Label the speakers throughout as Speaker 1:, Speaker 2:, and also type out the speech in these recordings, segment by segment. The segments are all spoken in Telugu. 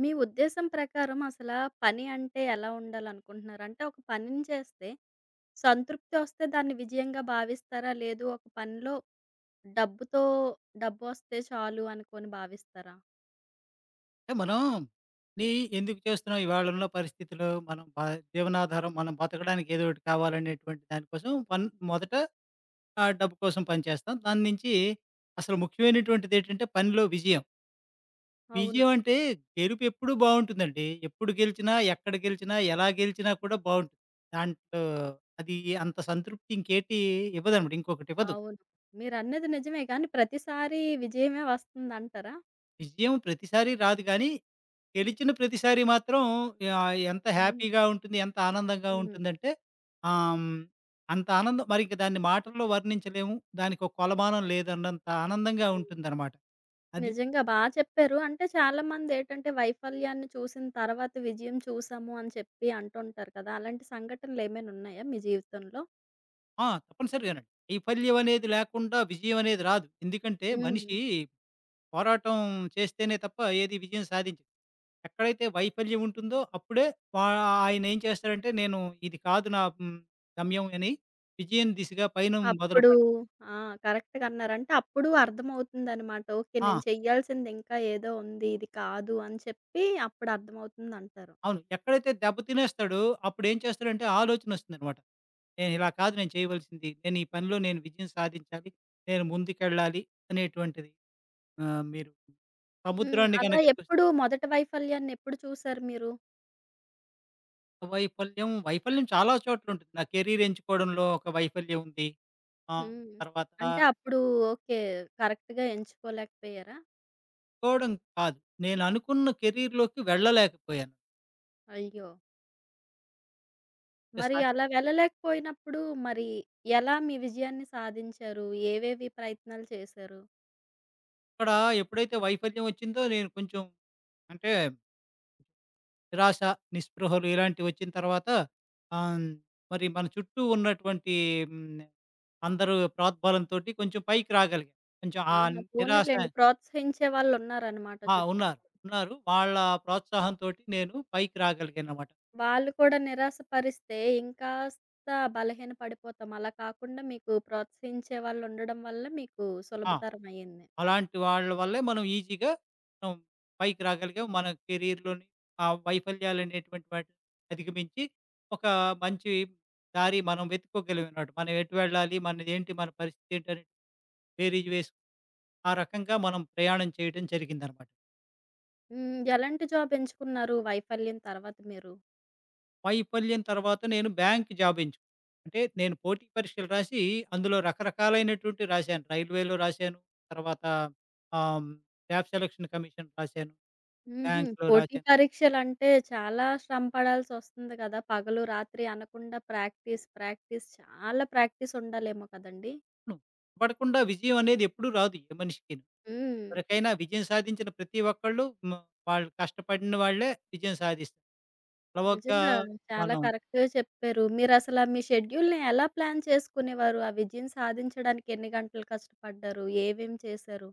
Speaker 1: మీ ఉద్దేశం ప్రకారం అసలా పని అంటే ఎలా ఉండాలనుకుంటున్నారు? అంటే ఒక పనిని చేస్తే సంతృప్తి వస్తే దాన్ని విజయంగా భావిస్తారా? లేదు ఒక పనిలో డబ్బుతో డబ్బొస్తే చాలు అనుకోని భావిస్తారా?
Speaker 2: అంటే మనం నీ ఎందుకు చేస్తున్నాం? ఇవాళ ఉన్న పరిస్థితిలో మనం బ జీవనాధారం, మనం బతకడానికి ఏదో ఒకటి కావాలనేటువంటి దానికోసం, మొదట ఆ డబ్బు కోసం పనిచేస్తాం. దాని నుంచి అసలు ముఖ్యమైనటువంటిది ఏంటంటే పనిలో విజయం.
Speaker 1: అవును.
Speaker 2: విజయం అంటే గెలుపు ఎప్పుడూ బావుంటుందండి. ఎప్పుడు గెలిచినా, ఎక్కడ గెలిచినా, ఎలా గెలిచినా కూడా బావుంటుంది. దాంట్లో అది అంత సంతృప్తి ఇంకేటి ఇవ్వదనమాట. ఇంకొకటివ్వదు.
Speaker 1: అవును. మీరన్నది నిజమే కానీ ప్రతిసారి విజయమే వస్తుందంటారా?
Speaker 2: విజయం ప్రతిసారి రాదు గానీ, గెలిచిన ప్రతిసారి మాత్రం ఎంత
Speaker 1: హ్మ్.
Speaker 2: హ్యాపీగా ఉంటుంది, ఎంత ఆనందంగా
Speaker 1: హ్మ్.
Speaker 2: ఉంటుందంటే, ఆహ్, హ్మ్, అంత ఆనందం మరి ఇంక దాన్ని మాటల్లో వర్ణించలేము. దానికో కొలమానం లేదన్నంత ఆనందంగా
Speaker 1: హ్మ్.
Speaker 2: ఉంటుందనమాట. అది.
Speaker 1: నిజంగా బా చెప్పారు. అంటే చాలామందేంటంటే వైఫల్యాన్ని చూసిన తర్వాత విజయం చూసాము అని చెప్పి అంటుంటారు కదా! అలాంటి సంఘటనలేమైనా ఉన్నాయా మీ జీవితంలో?
Speaker 2: ఆ! తప్పనిసరిగానండి. వైఫల్యం అనేది లేకుండా విజయం అనేది రాదు. ఎందుకంటే
Speaker 1: హ్మ్.
Speaker 2: మనిషి పోరాటం చేస్తేనే తప్ప ఏది విజయం సాధించడు. ఎక్కడైతే వైఫల్యం ఉంటుందో అప్పుడే వా ఆయనేం చేస్తాడంటే, నేను ఇది కాదు నా గమ్యం అని విజయం దిశగా పయనం
Speaker 1: అప్పుడు
Speaker 2: మొదలుపెడతా.
Speaker 1: ఆ! కరెక్ట్‌గా అన్నారు. అంటే అప్పుడు అర్థమవుతుందనమాట. ఓకే.
Speaker 2: ఆ!
Speaker 1: నేను చెయ్యాల్సింది ఇంకా ఏదో ఉంది. ఇది కాదు అని చెప్పి అప్పుడు అర్థమవుతుందంటారు.
Speaker 2: అవును. ఎక్కడైతే దెబ్బ తినేస్తాడో అప్పుడేం చేస్తాడంటే, ఆలోచనొస్తుందనమాట. నేను ఇలా కాదు, నేను చేయవలసింది. నేను ఈ పనిలో నేను విజయం సాధించాలి. నేను ముందుకెళ్ళాలి అనేటువంటిది. మీరు
Speaker 1: హ్మ్.
Speaker 2: సముద్రాన్ని
Speaker 1: అలా
Speaker 2: గనక చూస్తే,
Speaker 1: ఎప్పుడు మొదటి వైఫల్యాన్ని ఎప్పుడు చూసారు మీరు?
Speaker 2: వైఫల్యం చాలా చోట్లుంటుంది. నా కెరీర్ ఎంచుకోవడంలో ఒక వైఫల్యం ఉంది. ఆహ్,
Speaker 1: హ్మ్.
Speaker 2: తర్వాత
Speaker 1: అంటే అప్పుడు ఓకే. కరెక్ట్‌గా ఎంచుకోలేకపోయారా?
Speaker 2: ఎంచుకోవడం కాదు. నేను అనుకున్న కెరీర్‌లోకి వెళ్ళలేకపోయాను.
Speaker 1: అయ్యో!
Speaker 2: అంటే,
Speaker 1: మరి అలా వెళ్ళలేకపోయినప్పుడు మరి ఎలా మీ విజయాన్ని సాధించారు? ఏవేవి ప్రయత్నాలు చేశారు?
Speaker 2: అక్కడ ఎప్పుడైతే వైఫల్యం వచ్చిందో నేను కొంచెం అంటే నిరాశ, నిస్పృహలు ఇలాంటివొచ్చిన తర్వాత ఆహ్, హ్మ్, మరి మన చుట్టూ ఉన్నటువంటి హ్మ్, అందరూ ప్రోద్బలంతోటి కొంచెం పైకి రాగలిగాం. కొంచెం ఆ
Speaker 1: ఆహా!
Speaker 2: నిరాశ
Speaker 1: పోనీలెండి. ప్రోత్సహించే వాళ్ళున్నారనమాట
Speaker 2: ఆ! ఉన్నారు.
Speaker 1: చుట్టుపక్కల.
Speaker 2: ఉన్నారు. వాళ్ళ ప్రోత్సాహంతోటి నేను పైకి రాగలిగాననమాట.
Speaker 1: వాళ్ళు కూడా నిరాశపరిస్తే ఇంకాస్త బలహీన పడిపోతాం. అలా కాకుండా మీకు ప్రోత్సహించే వాళ్ళుండడం వల్ల మీకు
Speaker 2: ఆ!
Speaker 1: సులభతరమయ్యింది.
Speaker 2: అలాంటి వాళ్ళ వల్లే మనం ఈజీగా మనం పైకి రాగలిగాం. మన కెరియర్‌లోని ఆ వైఫల్యాలనేటువంటి వాటిని అధిగమించి, ఒక మంచి దారి మనం వెతుక్కోగలిగామన్నమాట. మనం ఎటు వెళ్ళాలి? మనదేంటి? మన పరిస్థితేంటని బేరీజు వేసు ఆ రకంగా మనం ప్రయాణం చేయడం జరిగిందనమాట.
Speaker 1: హ్మ్. ఎలాంటి జాబ్ ఎంచుకున్నారు వైఫల్యం తర్వాత మీరు?
Speaker 2: వైఫల్యం తర్వాత నేను బ్యాంక్ జాబ్ ఎంచుకున్నాను. అంటే నేను పోటీ పరీక్షలు రాసి, అందులో రకరకాలైనటువంటి రాశాను. రైల్వేలో రాశాను. తర్వాత ఆహ్, హ్మ్, స్టాఫ్ సెలక్షన్ కమిషన్ రాశాను.
Speaker 1: హుహు.
Speaker 2: బ్యాంక్‌లో
Speaker 1: పోటీ
Speaker 2: రాశాను.
Speaker 1: పరీక్షలంటే చాలా శ్రమ పడాల్సొస్తుంది గదా! పగలు, రాత్రి అనకుండా ప్రాక్టీస్, చాలా ప్రాక్టీసుండాలేమో కదండీ!
Speaker 2: అవును. పడకుండా విజయం అనేది ఎప్పుడూ రాదు ఏ మనిషికిను.
Speaker 1: హ్మ్.
Speaker 2: ఎవరికైనా విజయం సాధించిన ప్రతి ఒక్కళ్ళు, మ వాళ్ళు కష్టపడిన వాళ్ళే విజయం సాధిస్తారు. అలవోకగా
Speaker 1: నిజంగా. చాలా
Speaker 2: మనం
Speaker 1: కరెక్ట్‌గా చెప్పారు. మీరసలా మీ షెడ్యూల్‌ని ఎలా ప్లాన్ చేసుకునేవారు? ఆ విజయం సాధించడానికి ఎన్ని గంటలు కష్టపడ్డారు? ఏమేమి చేశారు?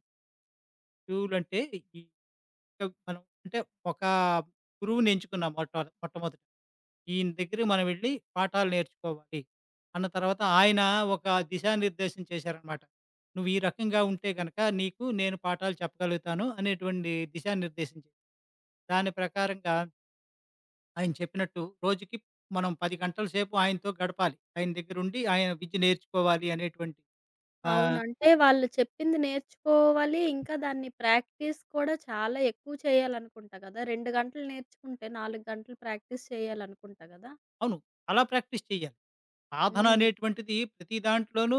Speaker 2: గురువులంటే ఈ ఒక మనం అంటే ఒక గురువుని ఎంచుకున్నాం మొట్టమొదట. ఈయన దగ్గరికి మనం వెళ్లి పాఠాలు నేర్చుకోవాలి. అన్న తర్వాత ఆయన ఒక దిశానిర్దేశం చేశారనమాట. నువ్వు ఈ రకంగా ఉంటే గనక నీకు నేను పాఠాలు చెప్పగలుగుతాను అనేటువంటి దిశానిర్దేశం చేశారు. దాని ప్రకారంగా ఆయన చెప్పినట్టు, రోజుకి మనం 10 గంటల సేపు ఆయనతో గడపాలి. ఆయన దగ్గరుండి ఆయన విద్య నేర్చుకోవాలి అనేటువంటి
Speaker 1: అవును.
Speaker 2: ఆహ్,
Speaker 1: అంటే వాళ్ళు చెప్పింది నేర్చుకోవాలి. ఇంకా దాన్ని ప్రాక్టీస్ కూడా చాలా ఎక్కువ చేయాలనుకుంటా కదా! 2 గంటలు నేర్చుకుంటే 4 గంటలు ప్రాక్టీస్ చేయాలనుకుంటా కదా!
Speaker 2: అవును. అలా ప్రాక్టీస్ చేయాలి. సాధన
Speaker 1: హ్మ్.
Speaker 2: అనేటువంటిది ప్రతి దాంట్లోనూ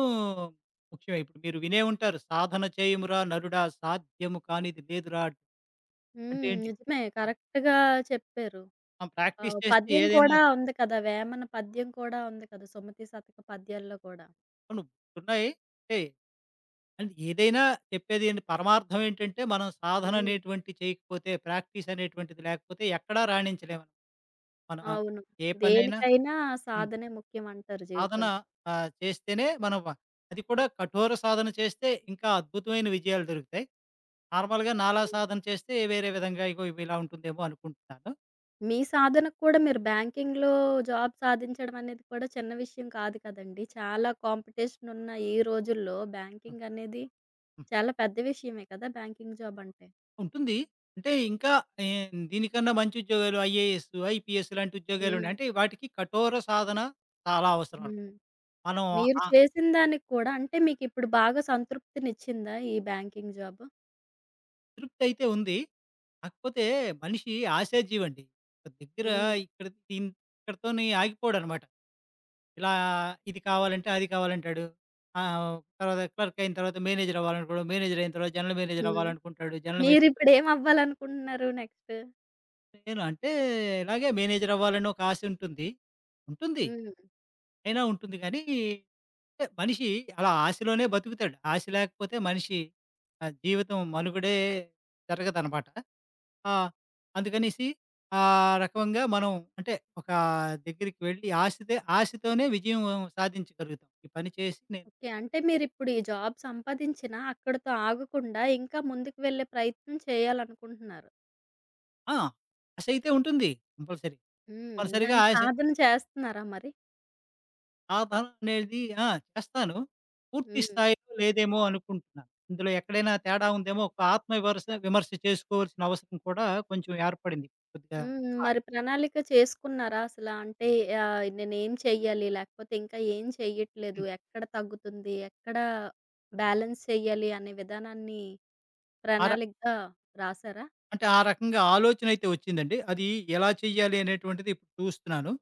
Speaker 2: ముఖ్యమే. ఇప్పుడు మీరు వినే ఉంటారు, "సాధన చేయుమురా నరుడా, సాధ్యము కానిది లేదురా" అంట.
Speaker 1: హ్మ్.
Speaker 2: అంటే ఏంటి?
Speaker 1: నిజమే.
Speaker 2: ఆహ్,
Speaker 1: కరెక్ట్‌గా చెప్పారు.
Speaker 2: మనం ప్రాక్టీస్
Speaker 1: ఆహ్,
Speaker 2: చేస్తే
Speaker 1: పద్యం
Speaker 2: ఏదైనా
Speaker 1: కూడా ఉంది కదా! వేమన పద్యం కూడా ఉంది కదా! సుమతి శతక పద్యాల్లో కూడా.
Speaker 2: అవును. ఉన్నాయి. అంటే అంటే ఏదైనా చెప్పేది ఏంటి, పరమార్థం ఏంటంటే, మనం సాధన
Speaker 1: హ్మ్.
Speaker 2: అనేటువంటిది చేయకపోతే, ప్రాక్టీస్ అనేటువంటిది లేకపోతే ఎక్కడా రాణించలేమనమాట. మనం మనం
Speaker 1: అవును.
Speaker 2: ఏ పనైనా.
Speaker 1: దేనికైనా
Speaker 2: హ్మ్.
Speaker 1: సాధనే ముఖ్యం అంటారు
Speaker 2: సాధన
Speaker 1: జీవితంలో.
Speaker 2: చేస్తేనే మనం, అది కూడా కఠోర సాధన చేస్తే, ఇంకా అద్భుతమైన విజయాలు దొరుకుతాయి. నార్మల్‌గా నాలా
Speaker 1: హ్మ్.
Speaker 2: సాధన చేస్తే వేరే విధంగా ఇగో ఇవి ఇలా ఉంటుందేమో అనుకుంటున్నాను.
Speaker 1: మీ సాధనకు కూడా మీరు బ్యాంకింగ్‌లో జాబ్ సాధించడం అనేది కూడా చిన్న విషయం కాదు కదండీ! చాలా కాంపిటీషన్ ఉన్న ఈ రోజుల్లో
Speaker 2: హ్మ్.
Speaker 1: బ్యాంకింగ్ అనేది
Speaker 2: హ్మ్.
Speaker 1: చాలా పెద్ద విషయమే కదా! బ్యాంకింగ్ జాబ్ అంటే.
Speaker 2: ఉంటుంది. అంటే ఇంకా ఏ దీనికన్నా మంచి ఉద్యోగాలు ఐఏఎస్, ఐపీఎస్ లాంటి
Speaker 1: హ్మ్.
Speaker 2: ఉద్యోగాలున్నాయి. అంటే వాటికి కఠోర సాధన చాలా అవసరం.
Speaker 1: హ్మ్.
Speaker 2: మనం
Speaker 1: మీరు
Speaker 2: ఆ
Speaker 1: చేసిన దానికి కూడా అంటే మీకిప్పుడు బాగా సంతృప్తినిచ్చిందా ఈ బ్యాంకింగ్ జాబు?
Speaker 2: తృప్తి అయితే ఉంది. కాకపోతే మనిషి ఆశాజీవండి. ఒక దగ్గర
Speaker 1: హ్మ్.
Speaker 2: ఇక్కడ ఇక్కడితోని ఆగిపోడనమాట. ఇలా ఇది కావాలంటే అది కావాలంటాడు. తర్వాత క్లర్క్ అయిన తర్వాత మేనేజర్ అవ్వాలనుకోవడం. మేనేజర్ అయిన తర్వాత జనరల్ మేనేజర్
Speaker 1: హ్మ్.
Speaker 2: అవ్వాలనుకుంటాడు. General manager.
Speaker 1: మీరిప్పుడు ఏమవ్వాలనుకుంటున్నారు నెక్స్ట్?
Speaker 2: నేను అంటే ఇలాగే మేనేజర్ అవ్వాలని ఒక ఆశ ఉంటుంది. ఉంటుంది.
Speaker 1: హ్మ్.
Speaker 2: అయినా ఉంటుంది కానీ, అంటే మనిషి అలా ఆశలోనే బతుకుతాడు. ఆశ లేకపోతే మనిషి జీవితం మనుగడే జరగదనమాట. ఆ! అందుకనేసి ఆ రకంగా మనం అంటే ఒక దగ్గరికి వెళ్ళి ఆశతోనే విజయం సాధించగలుగుతాం. ఈ పని చేసి
Speaker 1: ఓకే. అంటే మీరిప్పుడు ఈ జాబ్ సంపాదించినా అక్కడితో ఆగకుండా ఇంకా ముందుకు వెళ్ళే ప్రయత్నం చేయాలనుకుంటున్నారు.
Speaker 2: ఆ! ఆశ అయితే ఉంటుంది. కంపల్సరీ.
Speaker 1: హ్మ్.
Speaker 2: తప్పనిసరిగా
Speaker 1: దానికి
Speaker 2: ఆశ
Speaker 1: సాధన చేస్తున్నారా మరి?
Speaker 2: సాధన అనేది ఆ! చేస్తాను. పూర్తి
Speaker 1: హ్మ్.
Speaker 2: స్థాయిలో లేదేమో అనుకుంటున్నాను. ఇందులో ఎక్కడైనా తేడా ఉందేమో ఒక ఆత్మ విమర్శ విమర్శ చేసుకోవాల్సిన అవసరం కూడా కొంచెం ఏర్పడింది. కొద్దిగా
Speaker 1: హ్మ్.
Speaker 2: ఆ!
Speaker 1: మరి ప్రణాళిక చేసుకున్నారా అసల? అంటే ఆహ్, నేనేం చెయ్యాలి? లేకపోతే ఇంకా ఏం చెయ్యట్లేదు?
Speaker 2: హ్మ్.
Speaker 1: ఎక్కడ తగ్గుతుంది? ఎక్కడ బ్యాలెన్స్ చెయ్యాలి? అనే విధానాన్ని
Speaker 2: ఆ ర
Speaker 1: ప్రణాళికగా రాసారా?
Speaker 2: అంటే ఆ రకంగా ఆలోచన అయితే వచ్చిందండి. అది ఎలా చేయాలి అనేటువంటిది ఇప్పుడు చూస్తున్నాను.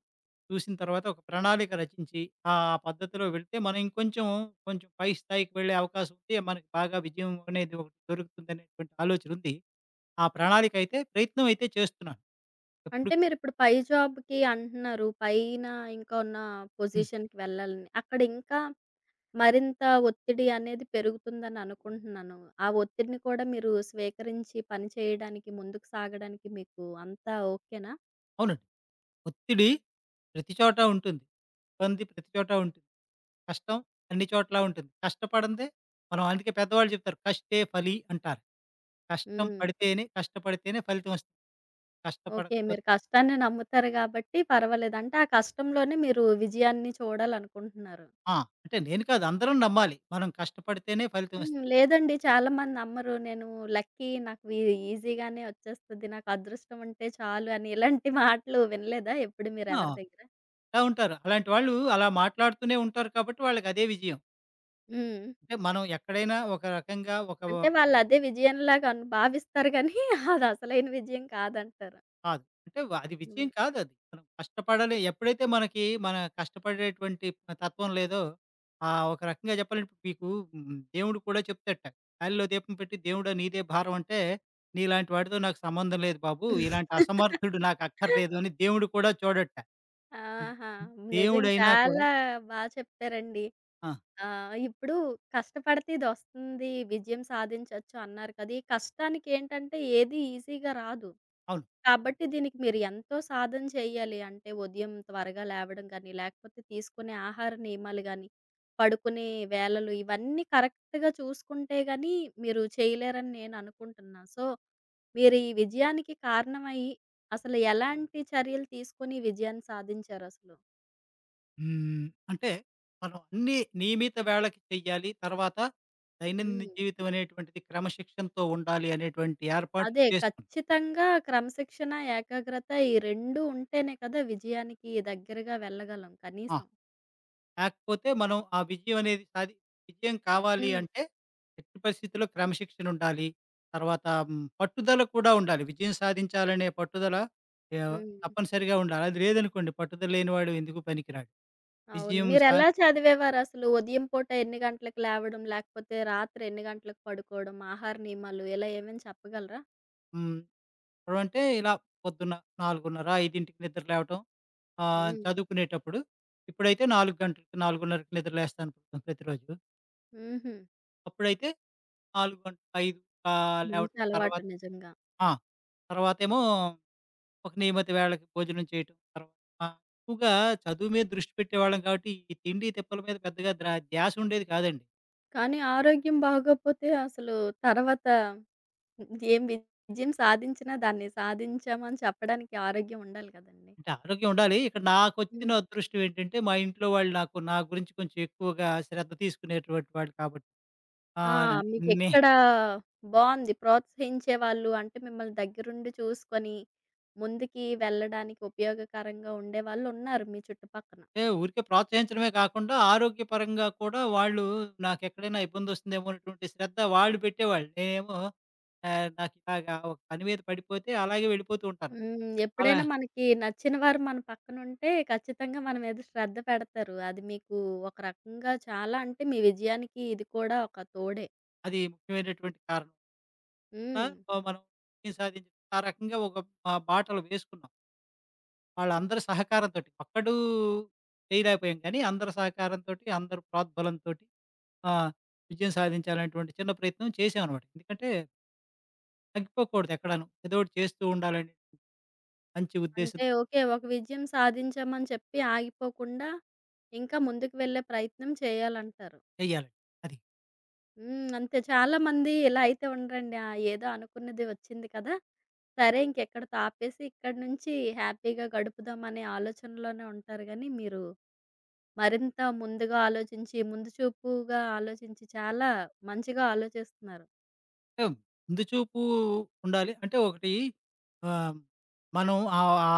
Speaker 2: చూసిన తర్వాత ఒక ప్రణాళిక రచించి, ఆ పద్ధతిలో వెళ్తే మనం ఇంకొంచెం కొంచెం పై స్థాయికి వెళ్ళే అవకాశం ఉంటే, మనకి బాగా విజయం అనేది ఒకటి దొరుకుతుందనేటువంటి ఆలోచన ఉంది. ఆ ప్రణాళిక అయితే ప్రయత్నం అయితే చేస్తున్నాను. ఎప్పుడు
Speaker 1: అంటే మీరిప్పుడు పై జాబ్‌కి అంటున్నారు. పైన ఇంకా ఉన్న
Speaker 2: హ్మ్.
Speaker 1: పొజిషన్‌కి వెళ్ళాలని. అక్కడ ఇంకా మరింత ఒత్తిడి అనేది పెరుగుతుందని అనుకుంటున్నాను. ఆ ఒత్తిడిని కూడా మీరు స్వీకరించి పని చేయడానికి, ముందుకు సాగడానికి మీకు అంతా ఓకేనా?
Speaker 2: అవునండి. ఒత్తిడి ప్రతి చోట ఉంటుంది. ఇబ్బంది ప్రతి చోట ఉంటుంది. కష్టం అన్ని చోట్ల ఉంటుంది. కష్టపడందే మనం, అందుకే పెద్దవాళ్ళు చెప్తారు, "కష్టే ఫలి" అంటారు. కష్టం
Speaker 1: హ్మ్.
Speaker 2: పడితేనే, కష్టపడితేనే ఫలితం వస్తుంది.
Speaker 1: ఓకే. మీరు
Speaker 2: కష్టపడకపోతే
Speaker 1: కష్టాన్ని నమ్ముతారు కాబట్టి పర్వాలేదు. అంటే ఆ కష్టంలోనే మీరు విజయాన్ని చూడాలనుకుంటున్నారు.
Speaker 2: ఆ! అంటే నేను కాదు అందరం నమ్మాలి. మనం కష్టపడితేనే ఫలితం
Speaker 1: హ్మ్.
Speaker 2: వస్తుంది.
Speaker 1: లేదండి చాలామంది నమ్మరు. నేను లక్కీ నాకు ఈ ఈజీగానే వచ్చేస్తది. నాకు అదృష్టం ఉంటే చాలు అని ఇలాంటి మాటలు వినలేదా ఎప్పుడు మీరు
Speaker 2: ఆ!
Speaker 1: ఎవరి దగ్గర?
Speaker 2: అలా ఉంటారు. అలాంటి వాళ్ళు అలా మాట్లాడుతూనే ఉంటారు కాబట్టి వాళ్ళకదే విజయం.
Speaker 1: హ్మ్.
Speaker 2: అంటే మనం ఎక్కడైనా ఒక రకంగా ఒక
Speaker 1: అంటే వాళ్ళదే విజయంలాగా అను భావిస్తారు గానీ, అదసలైన విజయం కాదంటారు.
Speaker 2: కాదు. అంటే అది విజయం
Speaker 1: హ్మ్.
Speaker 2: కాదది. మనం కష్టపడాలి. ఎప్పుడైతే మనకి మన కష్టపడేటువంటి తత్వం లేదో, ఒక రకంగా చెప్పాలంటే ఇప్పుడు మీకు దేవుడు కూడా చెప్తాడట. "గాలిలో దీపం పెట్టి దేవుడా నీదే భారం" అంటే, "నీలాంటి వాడితో నాకు సంబంధం లేదు బాబు. ఇలాంటి అసమర్థుడు నాకు అక్కర్లేదు" అని దేవుడు కూడా చూడట.
Speaker 1: ఆహా! నిజం
Speaker 2: దేవుడైనా కూడా
Speaker 1: చాలా బా చెప్పారండి.
Speaker 2: ఆ!
Speaker 1: ఇప్పుడు కష్టపడితే ఇదొస్తుంది, విజయం సాధించొచ్చు అన్నారు కదా! ఈ కష్టానికేంటంటే ఏది ఈజీగా రాదు.
Speaker 2: అవును.
Speaker 1: కాబట్టి దీనికి మీరు ఎంతో సాధన చేయాలి. అంటే ఉదయం త్వరగా లేవడం గాని, లేకపోతే తీసుకునే ఆహార నియమాలు గాని, పడుకునే వేళలు ఇవన్నీ కరెక్ట్‌గా చూసుకుంటే గాని మీరు చేయలేరని నేను అనుకుంటున్నా. సో, మీరు ఈ విజయానికి కారణమయ్యి అసలు ఎలాంటి చర్యలు తీసుకొని ఈ విజయాన్ని సాధించారసలు?
Speaker 2: హ్మ్. అంటే మనం అన్నీ నియమిత వేళకి చెయ్యాలి. తర్వాత దైనందిన
Speaker 1: హ్మ్.
Speaker 2: జీవితం అనేటువంటిది క్రమశిక్షణతో ఉండాలి అనేటువంటి ఏర్పాట్లు
Speaker 1: అదే
Speaker 2: చేసుకున్నాం.
Speaker 1: ఖచ్చితంగా క్రమశిక్షణ, ఏకాగ్రత ఈ 2 ఉంటేనే కదా విజయానికి దగ్గరగా వెళ్ళగలం
Speaker 2: ఆ!
Speaker 1: కనీసం.
Speaker 2: కాకపోతే మనం ఆ విజయం అనేది విజయం కావాలి
Speaker 1: హ్మ్.
Speaker 2: అంటే ఎట్టి పరిస్థితుల్లో క్రమశిక్షణ ఉండాలి. తర్వాత పట్టుదల కూడా ఉండాలి. విజయం సాధించాలనే పట్టుదల
Speaker 1: హ్మ్.
Speaker 2: తప్పనిసరిగా ఉండాలి. అది లేదనుకోండి, పట్టుదల లేనివాడు ఎందుకు పనికిరాడు.
Speaker 1: అవును.
Speaker 2: విజయం సా
Speaker 1: మీరెలా చదివేవారసలు? ఉదయం పూట ఎన్ని గంటలకు లేవడం, లేకపోతే రాత్రి ఎన్ని గంటలకు పడుకోవడం, ఆహార నియమాలు ఇలా ఏమైనా చెప్పగలరా?
Speaker 2: హ్మ్. ఇప్పుడంటే ఇలా పొద్దున్న 4:30, 5కి నిద్ర లేవటం.
Speaker 1: హ్మ్.
Speaker 2: చదువుకునేటప్పుడు, ఇప్పుడైతే 4 గంటలకి 4:30కి నిద్ర లేస్తాను ప్రతిరోజు.
Speaker 1: హుహు.
Speaker 2: అప్పుడైదు లేవటం
Speaker 1: మంచి అలవాటు
Speaker 2: తర్వాత
Speaker 1: నిజంగా.
Speaker 2: ఆ! తర్వాతేమో ఒక నియమిత వేళకి భోజనం చేయటం. తర్వాత ఎక్కువగా చదువు మీద దృష్టి పెట్టేవాళ్ళం కాబట్టి, ఈ తిండి తిప్పల మీద పెద్దగా ధ్యాస ఉండేది కాదండి.
Speaker 1: కానీ ఆరోగ్యం బాగోకపోతే అసలు తర్వాత ఏం విజయం సాధించినా దాన్ని సాధించామని చెప్పడానికి ఆరోగ్యం ఉండాలి కదండీ!
Speaker 2: అంటే ఆరోగ్యం ఉండాలి. ఇక్కడ నాకొచ్చిన
Speaker 1: హ్మ్.
Speaker 2: అదృష్టం ఏంటంటే, మా ఇంట్లో వాళ్ళు నాకు, నా గురించి కొంచెం ఎక్కువగా శ్రద్ధ తీసుకునేటువంటి వాళ్ళు కాబట్టి. ఆ!
Speaker 1: ఆ!
Speaker 2: నే
Speaker 1: మీకెక్కడ బావుంది ప్రోత్సహించేవాళ్ళు అంటే మిమ్మల్ని దగ్గరుండి చూసుకొని ముందుకి వెళ్ళడానికి ఉపయోగకరంగా ఉండేవాళ్ళున్నారు మీ చుట్టుపక్కన.
Speaker 2: ఏ ఊరికే ప్రోత్సహించడమే కాకుండా, ఆరోగ్యపరంగా కూడా వాళ్ళు నాకెక్కడైనా ఇబ్బందొస్తుందేమో అనేటువంటి శ్రద్ధ వాళ్ళు పెట్టేవాళ్ళు. నేనేమో నాకు ఇలాగా ఒక పని మీద పడిపోతే అలాగే వెళ్ళిపోతూ ఉంటాను.
Speaker 1: హ్మ్.
Speaker 2: అలా
Speaker 1: ఎప్పుడైనా మనకి నచ్చిన వారు మన పక్కనుంటే ఖచ్చితంగా మన మీద శ్రద్ధ పెడతారు. అది మీకు ఒక రకంగా చాలా అంటే మీ విజయానికి ఇది కూడా ఒక తోడే.
Speaker 2: అది ముఖ్యమైనటువంటి కారణం. ఆ!
Speaker 1: హ్మ్.
Speaker 2: మనం విజయం సాధించాం. ఆ రకంగా ఒక బాటలు వేసుకున్నాం, వాళ్ళందరి సహకారంతోటి. ఒక్కడు చేయలేకపోయాం కానీ, అందరి సహకారంతోటి, అందరి ప్రోద్బలంతోటి ఆ! విజయం సాధించాలనేటువంటి చిన్న ప్రయత్నం చేశామనమాట. ఎందుకంటే, తగ్గిపోకూడదు ఎక్కడాను. ఏదో ఒకటి చేస్తూ ఉండాలని మంచి ఉద్దేశం
Speaker 1: అంటే ఓకే. ఒక విజయం సాధించామని చెప్పి ఆగిపోకుండా ఇంకా ముందుకు వెళ్ళే ప్రయత్నం చేయాలంటారు.
Speaker 2: చేయాలి. అది.
Speaker 1: హ్మ్. అంతే చాలామంది ఇలా అయితే ఉండరండి. ఆ! ఏదో అనుకున్నది వచ్చింది కదా! సరే ఇంకెక్కడితో ఆపేసి ఇక్కడి నుంచి హ్యాపీగా గడుపుదాం అనే ఆలోచనలోనే ఉంటారు గానీ మీరు మరింత ముందుగా ఆలోచించి, ముందు చూపుగా ఆలోచించి చాలా మంచిగా ఆలోచిస్తున్నారు.
Speaker 2: అంటే ముందు చూపు ఉండాలి. అంటే ఒకటి ఆహ్, మనం ఆ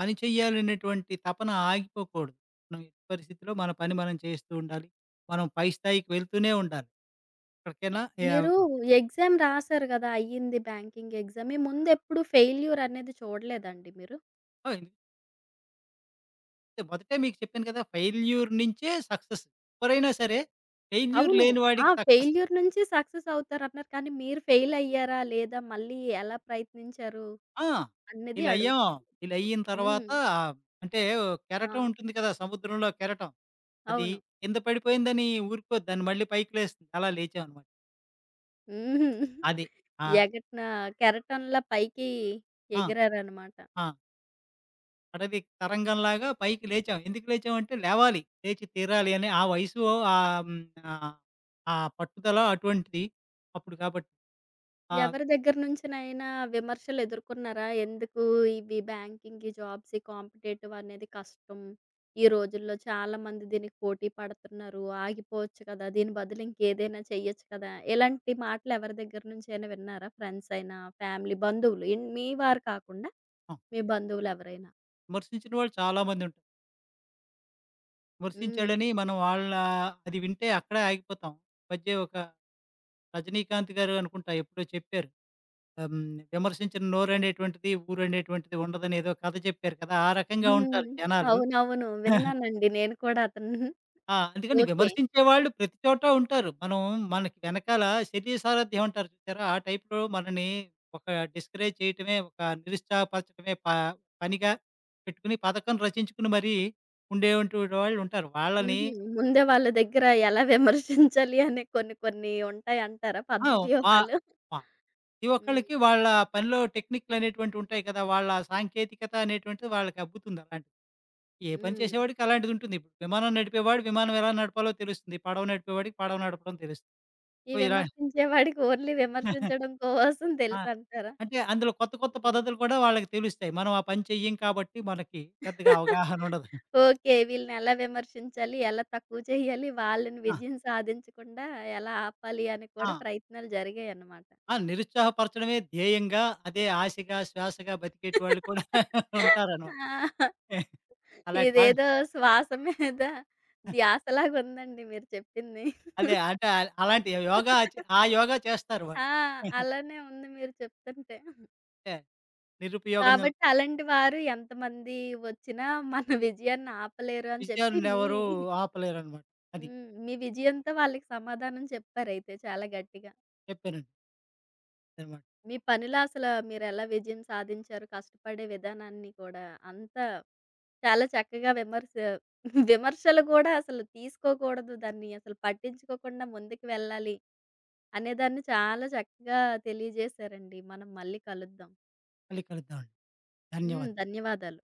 Speaker 2: పని చేయాలనేటువంటి తపన ఆగిపోకూడదు. మనం ఎట్టి పరిస్థితిలో మన పని మనం చేస్తూ ఉండాలి. మనం పై స్థాయికి వెళ్తూనే ఉండాలి. ఎక్కడికైనా యావ్
Speaker 1: మీరు ఎగ్జామ్ రాసారు గదా! అయ్యింది బ్యాంకింగ్ ఎగ్జామ్. మీ ముందెప్పుడు ఫెయిల్యూర్ అనేది చూడలేదండి మీరు?
Speaker 2: ఆహ్, మొదటే మీకు చెప్పాను కదా! ఫెయిల్యూర్ నుంచే సక్సెస్. ఎవరైనా సరే ఫెయిల్యూర్
Speaker 1: అవును.
Speaker 2: లేని
Speaker 1: ఆ!
Speaker 2: వాడికి సక్సెస్ ఉండదు.
Speaker 1: ఫెయిల్యూర్ నుంచి సక్సెస్ అవుతారన్నారు. కానీ మీరు ఫెయిల్ అయ్యారా? లేదా? మళ్ళీ ఎలా ప్రయత్నించారు?
Speaker 2: ఆ!
Speaker 1: అనేది
Speaker 2: ఈళ్ళయ్యాం.
Speaker 1: అడుగుతున్నాను.
Speaker 2: ఈళ్ళయిన
Speaker 1: హ్మ్.
Speaker 2: తర్వాత అంటే
Speaker 1: ఆ!
Speaker 2: కెరటం ఉంటుంది కదా! సముద్రంలో కెరటం. అది
Speaker 1: అవును.
Speaker 2: కింద పడిపోయిందని ఊరుకోదు. దాన్ని మళ్ళీ పైకి లేస్తుంది. అలా లేచామనమాట.
Speaker 1: హుహు.
Speaker 2: అది. ఆ!
Speaker 1: ఎగట్న కెరటంలా పైకి
Speaker 2: ఆ!
Speaker 1: ఎగిరారనమాట.
Speaker 2: ఆ! అడవి తరంగంలాగా పైకి లేచాం. ఎందుకు లేచామంటే లేవాలి, లేచి తీరాలి అని. ఆ వయసు ఆహ్, హ్మ్, ఆహ్, ఆ పట్టుదల అటువంటిది అప్పుడు కాబట్టి. ఆహ్,
Speaker 1: ఎవరి దగ్గర నుంచినైనా విమర్శలు ఎదుర్కొన్నారా? ఎందుకు ఇవి బ్యాంకింగ్‌కి, జాబ్స్‌కి కాంపిటేటివ్ అనేది కష్టం. ఈ రోజుల్లో చాలామంది దీనికి పోటీ పడుతున్నారు. ఆగిపోవచ్చు కదా! దీని బదులు ఇంకేదైనా చెయ్యొచ్చు కదా! ఇలాంటి మాటలు ఎవరి దగ్గర నుంచైనా విన్నారా? ఫ్రెండ్స్ అయినా, ఫ్యామిలీ, బంధువులు ఇన్ మీ వారు కాకుండా
Speaker 2: ఆ!
Speaker 1: మీ బంధువులు ఎవరైనా?
Speaker 2: విమర్శించిన వాళ్ళు చాలా మందుంటారు.
Speaker 1: హ్మ్.
Speaker 2: విమర్శించాడని మనం వాళ్ళ అది వింటే అక్కడే ఆగిపోతాం. ఈ మధ్య ఒక రజనీకాంత్ గారు అనుకుంటా ఎప్పుడో చెప్పారు. హ్మ్. విమర్శించిన నోరనేటువంటిది, ఊరనేటువంటిది ఉండదని ఏదో కథ చెప్పారు కదా! ఆ రకంగా
Speaker 1: హ్మ్.
Speaker 2: ఉంటారు జనాలు.
Speaker 1: అవునవును. విన్నానండి. నేను కూడా అతను
Speaker 2: ఆ! అందుకని
Speaker 1: ఓకే.
Speaker 2: విమర్శించేవాళ్ళు ప్రతి చోట ఉంటారు. మనం మనకి వెనకాల శరీర సారథ్యం అంటారు చూసారా? ఆ టైప్‌లో మనని ఒక డిస్కరేజ్ చేయటమే, ఒక నిరుత్సాహపరచడమే పనిగా పెట్టుకొని, పథకం రచించుకుని మరీ ఉండేటువంటి వాళ్ళు ఉంటారు. వాళ్ళని
Speaker 1: హుహు. ముందే వాళ్ళ దగ్గర ఎలా విమర్శించాలి అనే కొన్ని కొన్ని ఉంటాయంటారా
Speaker 2: ఆ!
Speaker 1: పద్మ
Speaker 2: వా
Speaker 1: వ్యూహాలు?
Speaker 2: వా ప్రతి ఒక్కళ్ళకి
Speaker 1: హ్మ్.
Speaker 2: వాళ్ళ పనిలో టెక్నిక్‌లనేటువంటివి ఉంటాయి కదా! వాళ్ళ సాంకేతికత అనేటువంటిది వాళ్ళకి అబ్బుతుంది అలాంటివి. ఏ పని
Speaker 1: హ్మ్.
Speaker 2: చేసేవాడికి అలాంటిది ఉంటుంది. ఇప్పుడు విమానం నడిపేవాడు విమానం ఎలా నడపాలో తెలుస్తుంది. పడవ నడిపేవాడికి పడవ నడపడం తెలుస్తుంది.
Speaker 1: ఈ
Speaker 2: సో, ఇలా
Speaker 1: విమర్శించేవాడికి ఓన్లీ విమర్శించడం కోసం
Speaker 2: ఆ!
Speaker 1: తెలుసంటారా?
Speaker 2: అంటే అందులో కొత్త కొత్త
Speaker 1: హ్మ్.
Speaker 2: పద్ధతులు కూడా వాళ్ళకి తెలుస్తాయి. మనం ఆ పని చెయ్యం కాబట్టి మనకి పెద్దగా అవగాహన ఉండదు.
Speaker 1: ఓకే. వీళ్ళని ఎలా విమర్శించాలి? ఎలా తక్కువ చేయాలి? వాళ్ళని
Speaker 2: ఆ!
Speaker 1: విజయం సాధించకుండా ఎలా ఆపాలి అని
Speaker 2: ఆ!
Speaker 1: కూడా ప్రయత్నాలు జరిగాయన్నమాట.
Speaker 2: ఆ! నిరుత్సాహపరచడమే ధ్యేయంగా, అదే ఆశగా, శ్వాసగా బతికేటి వాళ్ళు కూడా ఉంటారనమాట.
Speaker 1: ఆ!
Speaker 2: అలాంటి వాళ్ళు
Speaker 1: ఇదేదో శ్వాస మీద ధ్యాసలాగుందండి మీరు చెప్పింది.
Speaker 2: అదే అంటే ఆ- అలాంటి యోగా చే ఆ యోగా చేస్తారు
Speaker 1: ఆ!
Speaker 2: వాళ్ళు.
Speaker 1: అలానే ఉంది మీరు చెప్తుంటే.
Speaker 2: ఏ, నిరుపయోగం.
Speaker 1: కాబట్టి అలాంటి వారు ఎంతమంది వచ్చినా మన విజయాన్ని ఆపలేరు అని చెప్పి మీ
Speaker 2: విజయాన్నెవరు ఆపలేరనమాట. అది
Speaker 1: హ్మ్. మీ విజయంతో వాళ్ళకి సమాధానం చెప్పారయితే చాలా గట్టిగా.
Speaker 2: చెప్పానండి. అన్నమాట.
Speaker 1: మీ పనిలో అసల మీరెలా విజయం సాధించారు, కష్టపడే విధానాన్ని కూడా అంతా చాలా చక్కగా విమర్శలు కూడా అసలు తీసుకోకూడదు. దాన్ని అసలు పట్టించుకోకుండా ముందుకు వెళ్ళాలి అనేదాన్ని చాలా చక్కగా తెలియజేశారండి. మనం మళ్ళీ కలుద్దాం.
Speaker 2: మళ్ళీ కలుద్దామండి.
Speaker 1: హ్మ్.
Speaker 2: ధన్యవాదాలు.
Speaker 1: ధన్యవాదాలు.